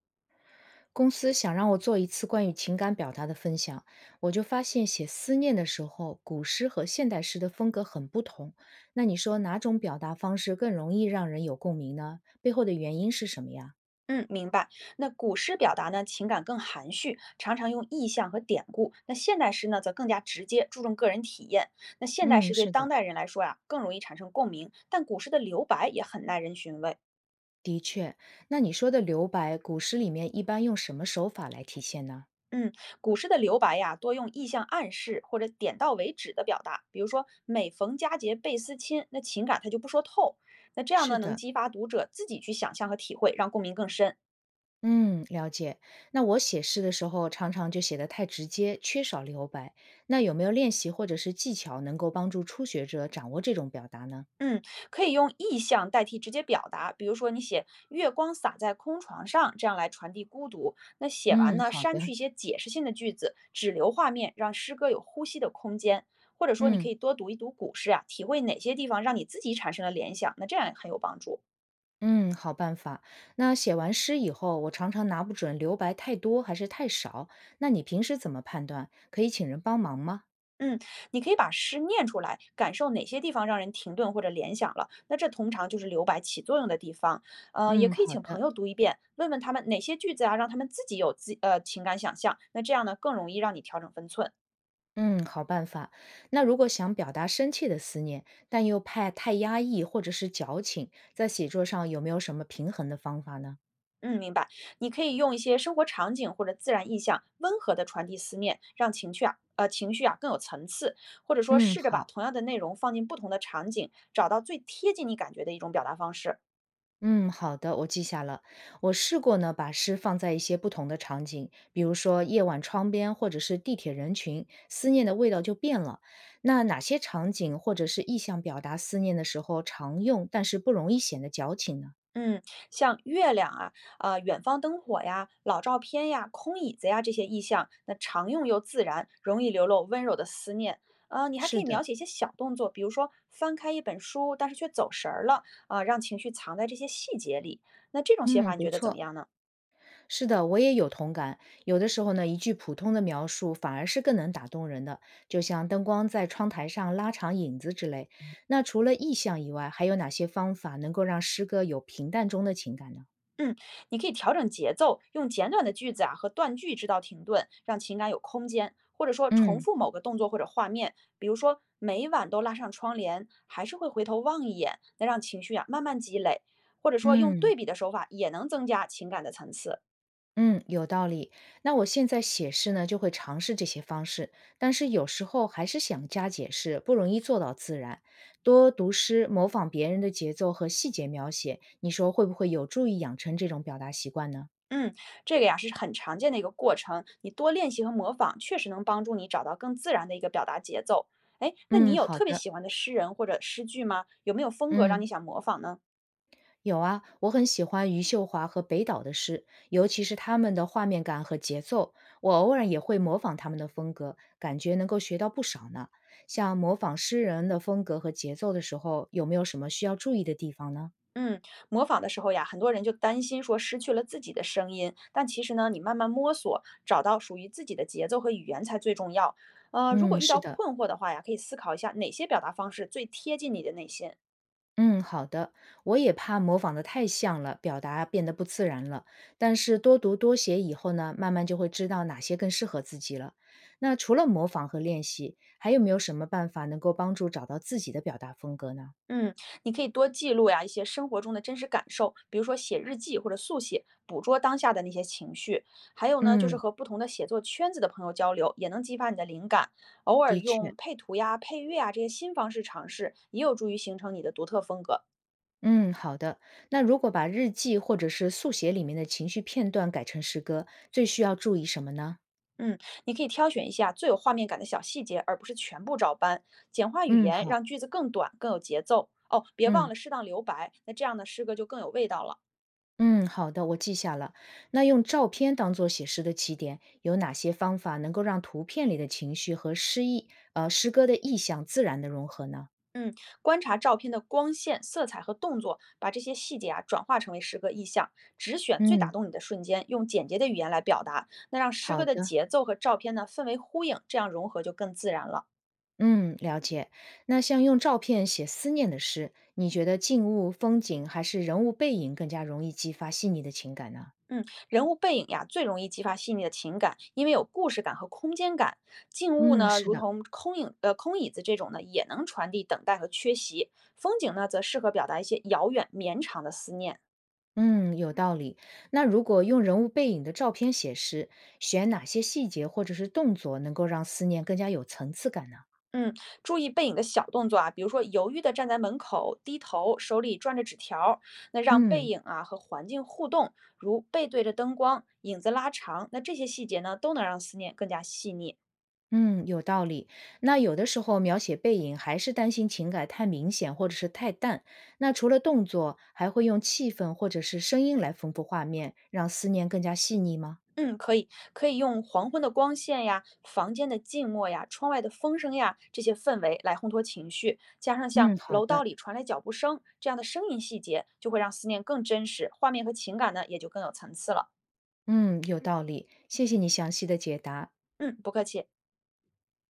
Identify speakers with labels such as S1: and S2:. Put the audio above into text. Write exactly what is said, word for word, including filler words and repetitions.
S1: 公司想让我做一次关于情感表达的分享，我就发现写思念的时候，古诗和现代诗的风格很不同。那你说哪种表达方式更容易让人有共鸣呢？背后的原因是什么呀？
S2: 嗯，明白。那古诗表达呢，情感更含蓄，常常用意象和典故；那现代诗呢，则更加直接，注重个人体验。那现代诗
S1: 嗯，
S2: 对
S1: 是
S2: 当
S1: 的，
S2: 代人来说呀，更容易产生共鸣，但古诗的留白也很耐人寻味。
S1: 的确，那你说的留白，古诗里面一般用什么手法来体现呢？
S2: 嗯，古诗的留白呀，多用意象暗示或者点到为止的表达，比如说“每逢佳节倍思亲”，那情感它就不说透。那这样呢，
S1: 是
S2: 能
S1: 的，
S2: 激发读者自己去想象和体会，让共鸣更深。
S1: 嗯，了解。那我写诗的时候，常常就写得太直接，缺少留白。那有没有练习或者是技巧能够帮助初学者掌握这种表达呢？
S2: 嗯，可以用意象代替直接表达，比如说你写“月光洒在空床上”，这样来传递孤独。那写完
S1: 嗯，
S2: 呢，
S1: 好
S2: 删去
S1: 的，
S2: 一些解释性的句子，只留画面，让诗歌有呼吸的空间。或者说，你可
S1: 嗯
S2: 以多读一读古诗啊，体会哪些地方让你自己产生了联想，那这样也很有帮助。
S1: 嗯，好办法。那写完诗以后，我常常拿不准留白太多还是太少，那你平时怎么判断？可以请人帮忙吗？
S2: 嗯，你可以把诗念出来，感受哪些地方让人停顿或者联想了，那这通常就是留白起作用的地方。呃，也
S1: 嗯，
S2: 可以
S1: 好
S2: 请朋
S1: 的，
S2: 友读一遍，问问他们哪些句子啊，让他们自己有自呃情感想象。那这样呢，更容易让你调整分寸。
S1: 嗯，好办法。那如果想表达深切的思念，但又怕太压抑或者是矫情，在写作上有没有什么平衡的方法呢？
S2: 嗯，明白。你可以用一些生活场景或者自然意象，温和的传递思念，让情绪啊，呃，情绪啊更有层次，或者说
S1: 嗯，
S2: 试着把
S1: 好。
S2: 同样的内容放进不同的场景，找到最贴近你感觉的一种表达方式。
S1: 嗯，好的，我记下了。我试过呢，把诗放在一些不同的场景，比如说夜晚窗边，或者是地铁人群，思念的味道就变了。那哪些场景或者是意象表达思念的时候常用，但是不容易显得矫情呢？
S2: 嗯，像月亮啊、啊、远方灯火呀、老照片呀、空椅子呀这些意象，那常用又自然，容易流露温柔的思念。呃，你还可
S1: 是
S2: 以描
S1: 的，
S2: 写一些小动作，比如说翻开一本书，但是却走神儿了啊、让情绪藏在这些细节里。那这种写
S1: 嗯，
S2: 法你
S1: 不
S2: 觉得怎么
S1: 错，
S2: 样呢？
S1: 是的，我也有同感。有的时候呢，一句普通的描述反而是更能打动人的，就像灯光在窗台上拉长影子之类。那除了意象以外，还有哪些方法能够让诗歌有平淡中的情感呢？
S2: 嗯，你可以调整节奏，用简短的句子啊和断句制造停顿，让情感有空间，或者说重
S1: 嗯
S2: 复某个动作或者画面，比如说每晚都拉上窗帘，还是会回头望一眼，那让情绪啊慢慢积累，或者说用
S1: 嗯
S2: 对比的手法也能增加情感的层次。
S1: 嗯，有道理。那我现在写诗呢，就会尝试这些方式，但是有时候还是想加解释，不容易做到自然。多读诗，模仿别人的节奏和细节描写，你说会不会有助于养成这种表达习惯呢？
S2: 嗯，这个呀是很常见的一个过程，你多练习和模仿，确实能帮助你找到更自然的一个表达节奏。哎，那你
S1: 嗯，
S2: 有
S1: 好
S2: 特别
S1: 的，
S2: 喜欢的诗人或者诗句吗？有没有风格让你
S1: 嗯。
S2: 想模仿呢？
S1: 有啊，我很喜欢余秀华和北岛的诗，尤其是他们的画面感和节奏。我偶尔也会模仿他们的风格，感觉能够学到不少呢。像模仿诗人的风格和节奏的时候，有没有什么需要注意的地方呢？
S2: 嗯，模仿的时候呀，很多人就担心说失去了自己的声音，但其实呢，你慢慢摸索，找到属于自己的节奏和语言才最重要。呃，如果
S1: 嗯，
S2: 遇到
S1: 是的。
S2: 困惑的话呀，可以思考一下哪些表达方式最贴近你的内心。
S1: 嗯，好的。我也怕模仿的太像了，表达变得不自然了。但是多读多写以后呢，慢慢就会知道哪些更适合自己了。那除了模仿和练习，还有没有什么办法能够帮助找到自己的表达风格呢？
S2: 嗯，你可以多记录呀一些生活中的真实感受，比如说写日记或者速写，捕捉当下的那些情绪。还有呢，就是
S1: 嗯，
S2: 和不同的写作圈子的朋友交流，也能激发你的灵感。偶尔
S1: 的
S2: 用
S1: 确，
S2: 配图呀、配乐啊这些新方式尝试，也有助于形成你的独特风格。
S1: 嗯，好的。那如果把日记或者是速写里面的情绪片段改成诗歌，最需要注意什么呢？
S2: 嗯，你可以挑选一下最有画面感的小细节，而不是全部照搬。简化语
S1: 嗯，
S2: 言，
S1: 好，
S2: 让句子更短，更有节奏。哦，别忘
S1: 嗯
S2: 了适当留白，那这样呢，诗歌就更有味道了。
S1: 嗯，好的，我记下了。那用照片当做写诗的起点，有哪些方法能够让图片里的情绪和诗意，呃，诗歌的意象自然的融合呢？
S2: 嗯，观察照片的光线、色彩和动作，把这些细节啊转化成为诗歌意象。只选最打
S1: 嗯，
S2: 动你的瞬间，用简洁的语言来表达，那让诗
S1: 好
S2: 歌的
S1: 的。
S2: 节奏和照片呢氛围呼应，这样融合就更自然了。
S1: 嗯，了解。那像用照片写思念的诗，你觉得静物、风景还是人物背影更加容易激发细腻的情感呢？
S2: 嗯，人物背影呀，最容易激发细腻的情感，因为有故事感和空间感。静物
S1: 嗯，
S2: 呢，
S1: 是
S2: 如
S1: 的。
S2: 同空影、呃空椅子这种呢，也能传递等待和缺席。风景呢，则适合表达一些遥远、绵长的思念。
S1: 嗯，有道理。那如果用人物背影的照片写诗，选哪些细节或者是动作能够让思念更加有层次感呢？
S2: 嗯，注意背影的小动作啊，比如说犹豫的站在门口，低头，手里攥着纸条儿那让背
S1: 嗯
S2: 影啊和环境互动，如背对着灯光，影子拉长，那这些细节呢，都能让思念更加细腻。
S1: 嗯，有道理。那有的时候描写背影还是担心情感太明显或者是太淡。那除了动作，还会用气氛或者是声音来丰富画面，让思念更加细腻吗？
S2: 嗯，可以，可以用黄昏的光线呀、房间的静默呀、窗外的风声呀这些氛围来烘托情绪，加上像
S1: 嗯，好
S2: 楼道
S1: 的。
S2: 里传来脚步声这样的声音细节，就会让思念更真实，画面和情感呢也就更有层次了。
S1: 嗯，有道理。谢谢你详细的解答。
S2: 嗯，不客气。